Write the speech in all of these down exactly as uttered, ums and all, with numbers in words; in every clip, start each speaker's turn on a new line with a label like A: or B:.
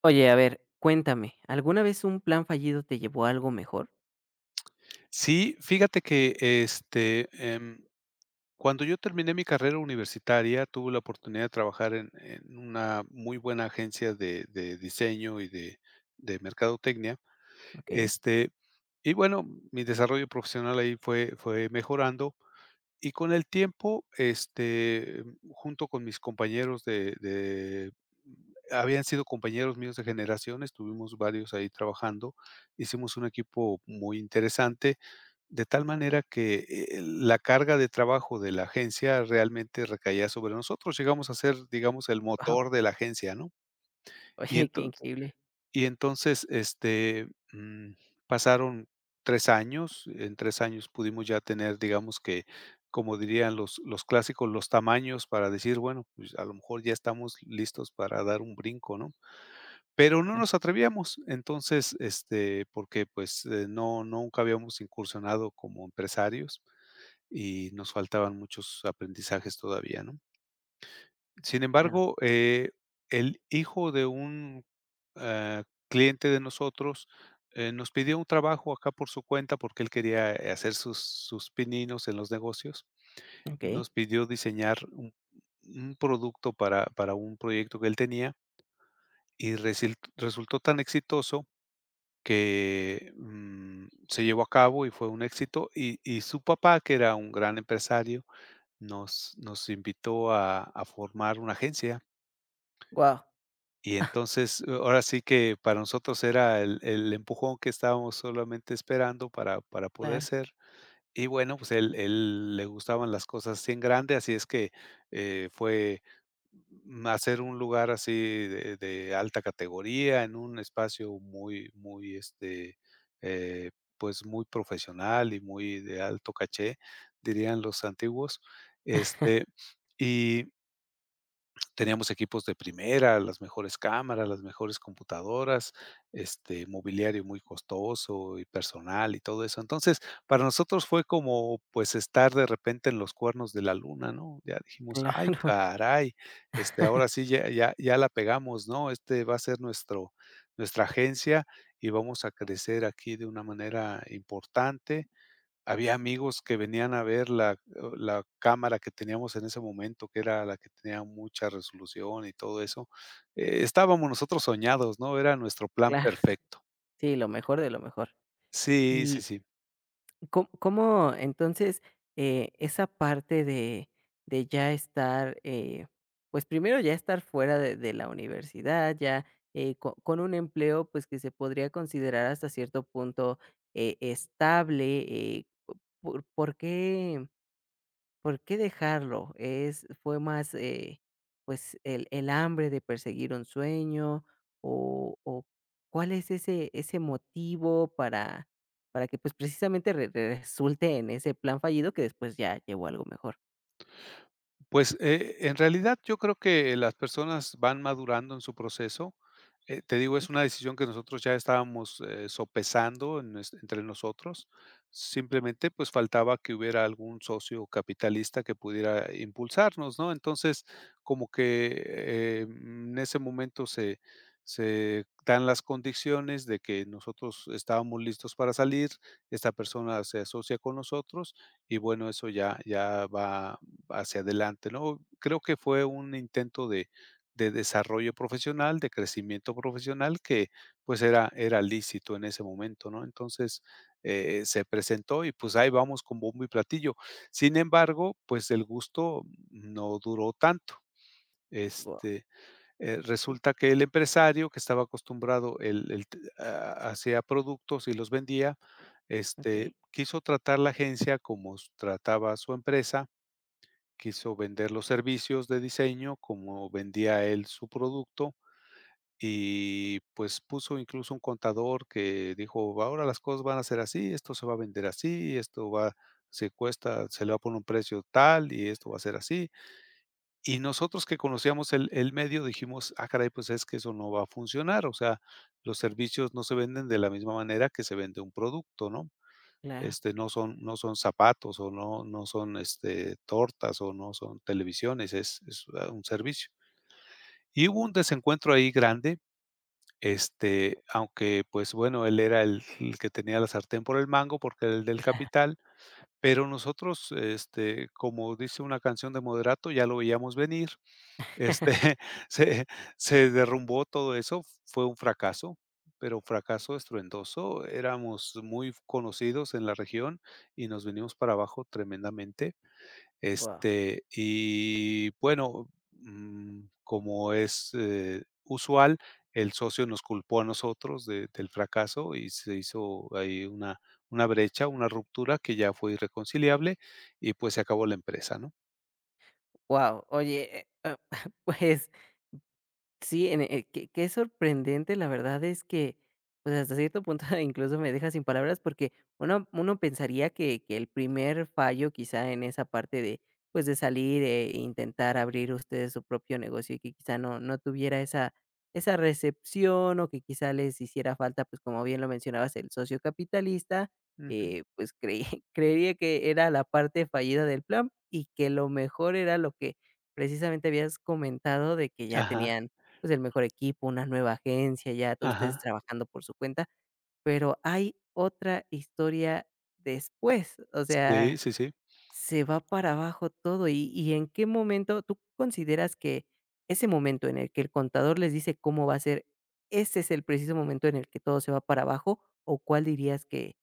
A: Oye, a ver, cuéntame, ¿alguna vez un plan fallido te llevó a algo mejor?
B: Sí, fíjate que, este, em, cuando yo terminé mi carrera universitaria, tuve la oportunidad de trabajar en en una muy buena agencia de de diseño y de de mercadotecnia,
A: Okey.
B: este, y bueno, mi desarrollo profesional ahí fue fue mejorando, y con el tiempo, este, junto con mis compañeros de de habían sido compañeros míos de generación, estuvimos varios ahí trabajando, hicimos un equipo muy interesante, de tal manera que, eh, la carga de trabajo de la agencia realmente recaía sobre nosotros, llegamos a ser, digamos, el
A: Wow.
B: motor de la agencia, ¿no? Y
A: Oye, qué
B: entonces
A: increíble.
B: y entonces, este, mm, pasaron tres años. En tres años pudimos ya tener, digamos que, como dirían los los clásicos, los tamaños para decir, bueno, pues a lo mejor ya estamos listos para dar un brinco, ¿no? Pero no nos
A: Claro.
B: atrevíamos. Entonces, este, porque, pues, eh, no nunca habíamos incursionado como empresarios y nos faltaban muchos aprendizajes todavía, ¿no? Sin
A: Claro.
B: embargo, eh, el hijo de un, ah, cliente de nosotros, eh, nos pidió un trabajo acá por su cuenta, porque él quería, eh, hacer sus sus pininos en los negocios.
A: Okey.
B: Nos pidió diseñar un un producto para para un proyecto que él tenía y resil resultó tan exitoso que, mm, se llevó a cabo y fue un éxito. Y y su papá, que era un gran empresario, nos nos invitó a a formar una agencia.
A: Guau.
B: Y entonces, eh, ahora sí que para nosotros era el el empujón que estábamos solamente esperando para para poder
A: Claro.
B: hacer. Y bueno, pues él él le gustaban las cosas así en grande, así es que, eh, fue, mm, hacer un lugar así de de alta categoría en un espacio muy muy, este, eh, pues, muy profesional y muy de alto caché, dirían los antiguos, este, y teníamos equipos de primera, las mejores cámaras, las mejores computadoras, este, mobiliario muy costoso y personal y todo eso. Entonces, para nosotros fue como, pues, estar de repente en los cuernos de la luna, ¿no? Ya dijimos: "Ay,
A: Claro.
B: caray, este, ahora sí ya ya ya la pegamos, ¿no? Este va a ser nuestro nuestra agencia y vamos a crecer aquí de una manera importante". Había amigos que venían a ver la la cámara que teníamos en ese momento, que era la que tenía mucha resolución y todo eso. Eh, estábamos nosotros soñados, ¿no? Era nuestro plan
A: Claro,
B: perfecto.
A: sí, lo mejor de lo mejor.
B: Sí, sí,
A: Y
B: sí.
A: ¿Cóm cómo entonces, eh, esa parte de de ya estar, eh, pues, primero ya estar fuera de de la universidad, ya, eh, co con un empleo, pues, que se podría considerar hasta cierto punto, eh, estable, eh, po- ¿por por qué ¿Por qué dejarlo? Es Fue más, eh, pues, el el hambre de perseguir un sueño, o o, ¿cuál es ese ese motivo para para que, pues, precisamente re re- resulte en ese plan fallido que después ya llevó a algo mejor?
B: Pues, eh, en realidad, yo creo que las personas van madurando en su proceso. Eh, te digo, es
A: Okey.
B: una decisión que nosotros ya estábamos, eh, sopesando en nues entre nosotros. Simplemente, pues, faltaba que hubiera algún socio capitalista que pudiera impulsarnos, ¿no? Entonces, como que, eh, en ese momento se se dan las condiciones de que nosotros estábamos listos para salir, esta persona se asocia con nosotros y, bueno, eso ya ya va hacia adelante, ¿no? Creo que fue un intento de de desarrollo profesional, de crecimiento profesional que, pues, era era lícito en ese momento, ¿no? Entonces, eh, se presentó y, pues, ahí vamos con bombo y platillo. Sin embargo, pues, el gusto no duró tanto.
A: Guau.
B: Este, eh, Resulta que el empresario que estaba acostumbrado, el él t ha hacía productos y los vendía,
A: Okey,
B: este, quiso tratar la agencia como s trataba su empresa. Quiso vender los servicios de diseño como vendía él su producto y, pues, puso incluso un contador que dijo: "Ahora las cosas van a ser así, esto se va a vender así, esto va se cuesta se le va a poner un precio tal y esto va a ser así". Y nosotros que conocíamos el el medio dijimos: "Ah, caray, pues es que eso no va a funcionar". O sea, los servicios no se venden de la misma manera que se vende un producto, ¿no?
A: claro.
B: Este, no son no son zapatos, o no no son, este, tortas, o no son televisiones, es es ah, un servicio. Y hubo un desencuentro ahí grande, este, aunque, pues, bueno, él era el el que tenía la sartén por el mango, porque era el del capital, pero nosotros, este, como dice una canción de Moderato, ya lo veíamos venir. Este, se se derrumbó todo eso, fue un fracaso, pero fracaso estruendoso. Éramos muy conocidos en la región y nos venimos para abajo tremendamente.
A: Wow.
B: Este, y bueno, mm, como es, eh, usual, el socio nos culpó a nosotros de del fracaso y se hizo ahí una una brecha, una ruptura que ya fue irreconciliable y, pues, se acabó la empresa, ¿no?
A: Wow. Oye, eh, ah, pues sí. En eh, qué qué sorprendente, la verdad es que, pues, hasta cierto punto, incluso me deja sin palabras, porque uno uno pensaría que que el primer fallo quizá en esa parte de, pues, de salir e intentar abrir ustedes su propio negocio, y que quizá no no tuviera esa esa recepción, o que quizá les hiciera falta, pues, como bien lo mencionabas, el socio capitalista,
B: Ujú.
A: eh, pues, creí creería que era la parte fallida del plan, y que lo mejor era lo que precisamente habías comentado, de que ya
B: Ajá,
A: tenían, pues, el mejor equipo, una nueva agencia, ya todos ustedes
B: ajá.
A: trabajando por su cuenta, pero hay otra historia después. O
B: Sí,
A: sea,
B: sí, sí.
A: se va para abajo todo. ¿Y y en qué momento tú consideras que ese momento en el que el contador les dice cómo va a ser, ese es el preciso momento en el que todo se va para abajo? ¿O cuál dirías que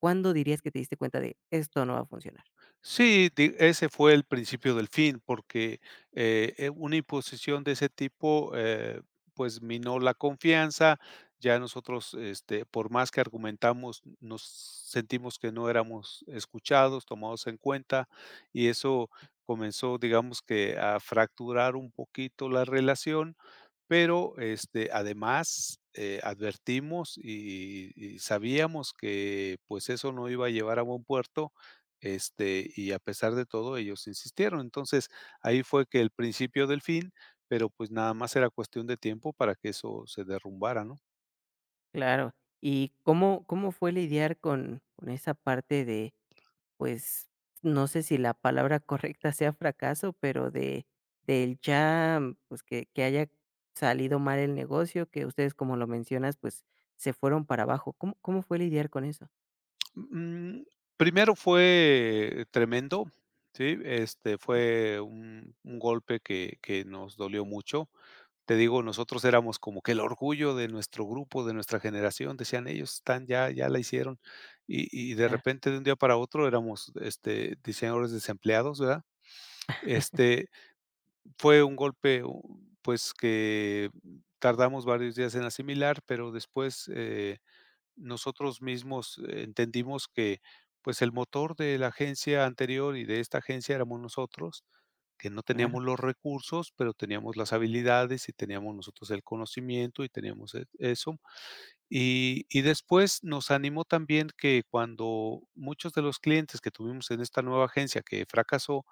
A: cuándo dirías que te diste cuenta de esto no va a funcionar?
B: Sí, di ese fue el principio del fin, porque, eh, eh, una imposición de ese tipo, eh, pues, minó la confianza. Ya nosotros, este, por más que argumentamos, nos sentimos que no éramos escuchados, tomados en cuenta, y eso comenzó, digamos que, a fracturar un poquito la relación. Pero, este, además, eh, advertimos y y sabíamos que, pues, eso no iba a llevar a buen puerto, este, y a pesar de todo, ellos insistieron. Entonces, ahí fue que el principio del fin, pero, pues, nada más era cuestión de tiempo para que eso se derrumbara, ¿no?
A: Claro. ¿Y cómo cómo fue lidiar con con esa parte de pues, no sé si la palabra correcta sea fracaso, pero de del ya, mm, pues, que que haya salido mal el negocio, que ustedes, como lo mencionas, pues, se fueron para abajo? ¿Cómo cómo fue lidiar con eso?
B: Mm, Primero fue tremendo, ¿sí? Este,
A: Sí.
B: fue un un golpe que que nos dolió mucho. Te digo, nosotros éramos como que el orgullo de nuestro grupo, de nuestra generación, decían ellos: "Están ya ya la hicieron". Y y de
A: Claro.
B: repente, de un día para otro, éramos, este, diseñadores desempleados, ¿verdad? Este, Fue un golpe, u pues, que tardamos varios días en asimilar, pero después, eh nosotros mismos eh, entendimos que, pues, el motor de la agencia anterior y de esta agencia éramos nosotros, que no
A: Claro.
B: teníamos los recursos, pero teníamos las habilidades y teníamos nosotros el conocimiento y teníamos e eso. Y y después nos animó también que cuando muchos de los clientes que tuvimos en esta nueva agencia que fracasó,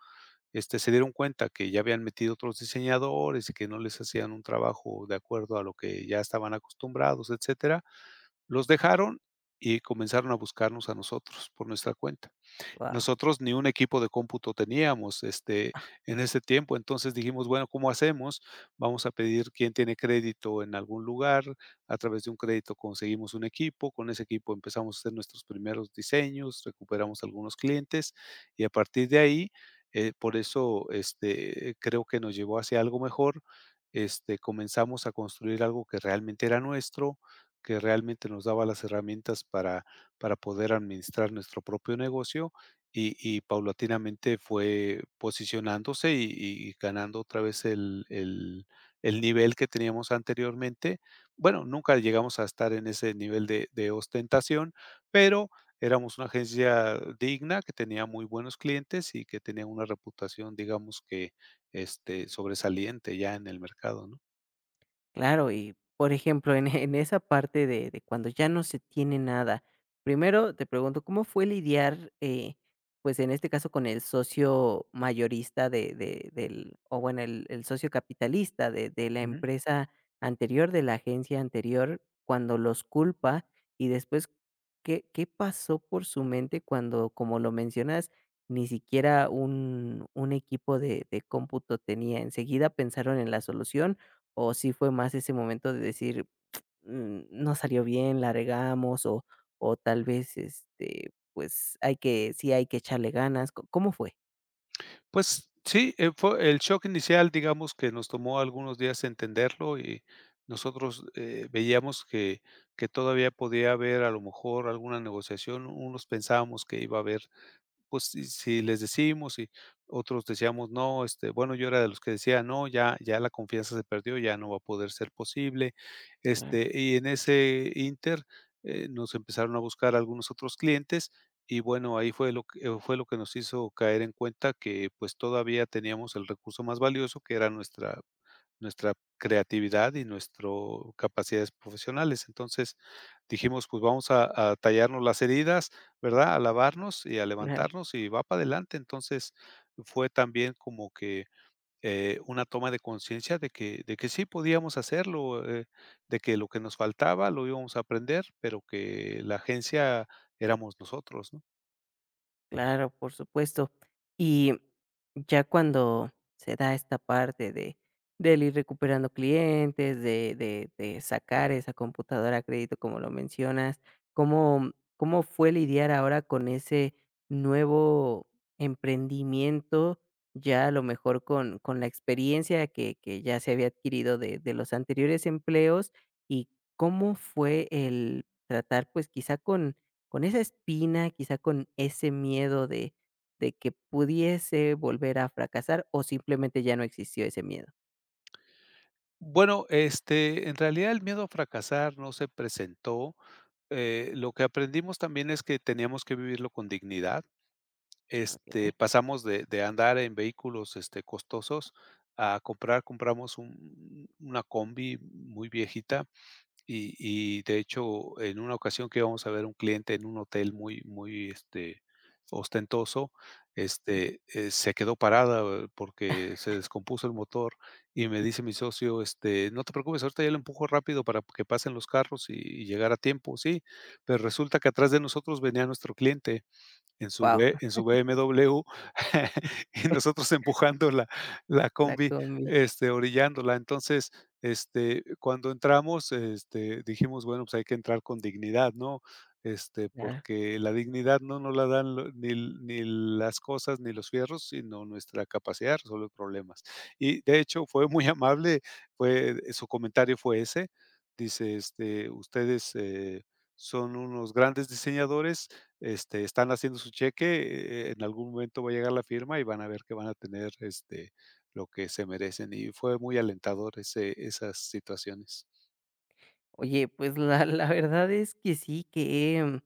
B: este, se dieron cuenta que ya habían metido otros diseñadores y que no les hacían un trabajo de acuerdo a lo que ya estaban acostumbrados, etcétera, los dejaron y comenzaron a buscarnos a nosotros por nuestra cuenta.
A: Guau.
B: Nosotros ni un equipo de cómputo teníamos, este, en ese tiempo. Entonces dijimos, bueno, ¿cómo hacemos? Vamos a pedir quién tiene crédito en algún lugar. A través de un crédito conseguimos un equipo. Con ese equipo empezamos a hacer nuestros primeros diseños, recuperamos algunos clientes y a partir de ahí, eh, por eso, este, creo que nos llevó hacia algo mejor. Este, comenzamos a construir algo que realmente era nuestro, que realmente nos daba las herramientas para para poder administrar nuestro propio negocio y y paulatinamente fue posicionándose y y ganando otra vez el el el nivel que teníamos anteriormente. Bueno, nunca llegamos a estar en ese nivel de de ostentación, pero éramos una agencia digna, que tenía muy buenos clientes y que tenía una reputación, digamos que, este, sobresaliente ya en el mercado, ¿no?
A: Claro, y por ejemplo, en en esa parte de de cuando ya no se tiene nada, primero te pregunto, ¿cómo fue lidiar, eh, pues, en este caso con el socio mayorista de de del o bueno, el el socio capitalista de de la
B: Ujú.
A: empresa anterior, de la agencia anterior, cuando los culpa? Y después, ¿qué qué pasó por su mente cuando, como lo mencionas, ni siquiera un un equipo de de cómputo tenía? ¿Enseguida pensaron en la solución, o si fue más ese momento de decir, mm, no salió bien, la regamos, o o tal vez, este, pues, hay que, sí, hay que echarle ganas? ¿Co cómo fue?
B: Pues sí, eh, fue el shock inicial, digamos, que nos tomó algunos días entenderlo y nosotros, eh, veíamos que que todavía podía haber, a lo mejor, alguna negociación. Unos pensábamos que iba a haber pues, si si les decimos y otros decíamos: "No", este, bueno, yo era de los que decía: "No, ya ya la confianza se perdió, ya no va a poder ser posible",
A: Claro.
B: este, y en ese Inter eh, nos empezaron a buscar algunos otros clientes y, bueno, ahí fue lo que fue lo que nos hizo caer en cuenta que, pues, todavía teníamos el recurso más valioso, que era nuestra nuestra creatividad y nuestro capacidades profesionales. Entonces, dijimos, pues vamos a a tallarnos las heridas, ¿verdad? A lavarnos y a
A: Claro.
B: levantarnos y va para adelante. Entonces, fue también como que, eh, una toma de conciencia de que de que sí podíamos hacerlo, eh, de que lo que nos faltaba lo íbamos a aprender, pero que la agencia éramos nosotros, ¿no?
A: Claro, por supuesto. Y ya cuando se da esta parte de del ir recuperando clientes, de de de sacar esa computadora a crédito, como lo mencionas, ¿cómo cómo fue lidiar ahora con ese nuevo emprendimiento? Ya a lo mejor con con la experiencia que que ya se había adquirido de de los anteriores empleos, ¿y cómo fue el tratar, pues, quizá con con esa espina, quizá con ese miedo de de que pudiese volver a fracasar, o simplemente ya no existió ese miedo?
B: Bueno, este, en realidad el miedo a fracasar no se presentó. Eh, lo que aprendimos también es que teníamos que vivirlo con dignidad.
A: Wow.
B: Este, pasamos de, de andar en vehículos, este, costosos a comprar, compramos un- una combi muy viejita, y y de hecho, en una ocasión que íbamos a ver un cliente en un hotel muy muy, este, ostentoso, este, eh, se quedó parada, eh, porque se descompuso el motor y me dice mi socio, este: "No te preocupes, ahorita ya lo empujo rápido para que pasen los carros y y llegar a tiempo". Sí, pero resulta que atrás de nosotros venía nuestro cliente. En su B en su B M W, y nosotros empujando la la
A: La
B: combi,
A: combi,
B: este, orillándola. Entonces, este, cuando entramos, este, dijimos: "Bueno, pues hay que entrar con dignidad", ¿no? Este,
A: claro.
B: porque la dignidad no nos la dan lo ni l- ni las cosas, ni los fierros, sino nuestra capacidad de resolver problemas. Y, de hecho, fue muy amable, fue su comentario fue ese. Dice, este: "Ustedes, eh, son unos grandes diseñadores este, están haciendo su cheque, eh, en algún momento va a llegar la firma y van a ver que van a tener, este, lo que se merecen, y fue muy alentador ese esas situaciones.
A: Oye, pues la la verdad es que sí, que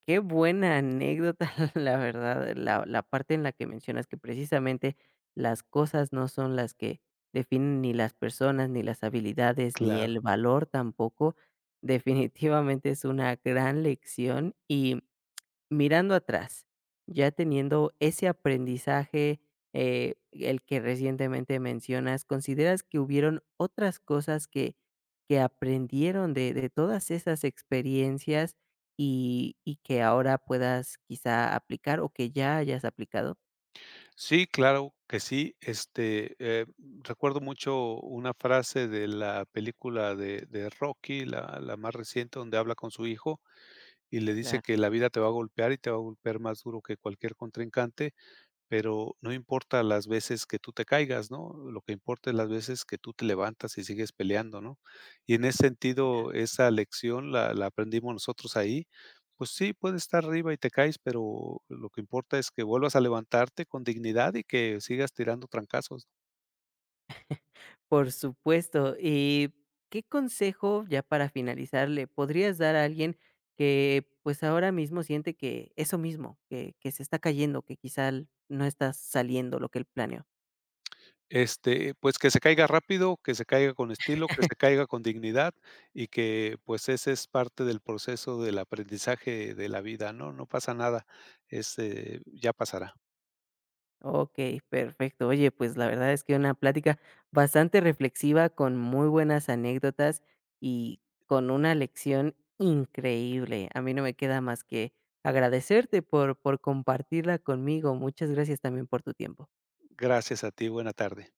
A: qué buena anécdota. La verdad, la, la parte en la que mencionas que precisamente las cosas no son las que definen ni las personas, ni las habilidades, ni
B: Claro.
A: el valor tampoco, definitivamente es una gran lección. Y mirando atrás, ya teniendo ese aprendizaje, eh, el que recientemente mencionas, ¿consideras que hubieron otras cosas que que aprendieron de, de todas esas experiencias, y, y que ahora puedas quizá aplicar o que ya hayas aplicado?
B: Sí, claro que sí, este, eh, recuerdo mucho una frase de la película de de Rocky, la la más reciente, donde habla con su hijo, y le dice
A: Claro.
B: que la vida te va a golpear y te va a golpear más duro que cualquier contrincante. Pero no importa las veces que tú te caigas, ¿no? Lo que importa es las veces que tú te levantas y sigues peleando, ¿no? Y en ese sentido, esa lección la, la aprendimos nosotros ahí. Pues sí, puedes estar arriba y te caes, pero lo que importa es que vuelvas a levantarte con dignidad y que sigas tirando trancazos.
A: Por supuesto. Y ¿qué consejo, ya para finalizar, le podrías dar a alguien que, pues, ahora mismo siente que eso mismo, que que se está cayendo, que quizá l no está saliendo lo que él planeó?
B: Este, pues que se caiga rápido, que se caiga con estilo, que se caiga con dignidad y que pues ese es parte del proceso del aprendizaje de la vida, ¿no? No pasa nada, es, eh, ya pasará.
A: Okey, perfecto. Oye, pues, la verdad es que una plática bastante reflexiva, con muy buenas anécdotas y con una lección increíble. A mí no me queda más que agradecerte por por compartirla conmigo. Muchas gracias también por tu tiempo.
B: Gracias a ti, buena tarde.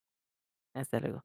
A: Hasta luego.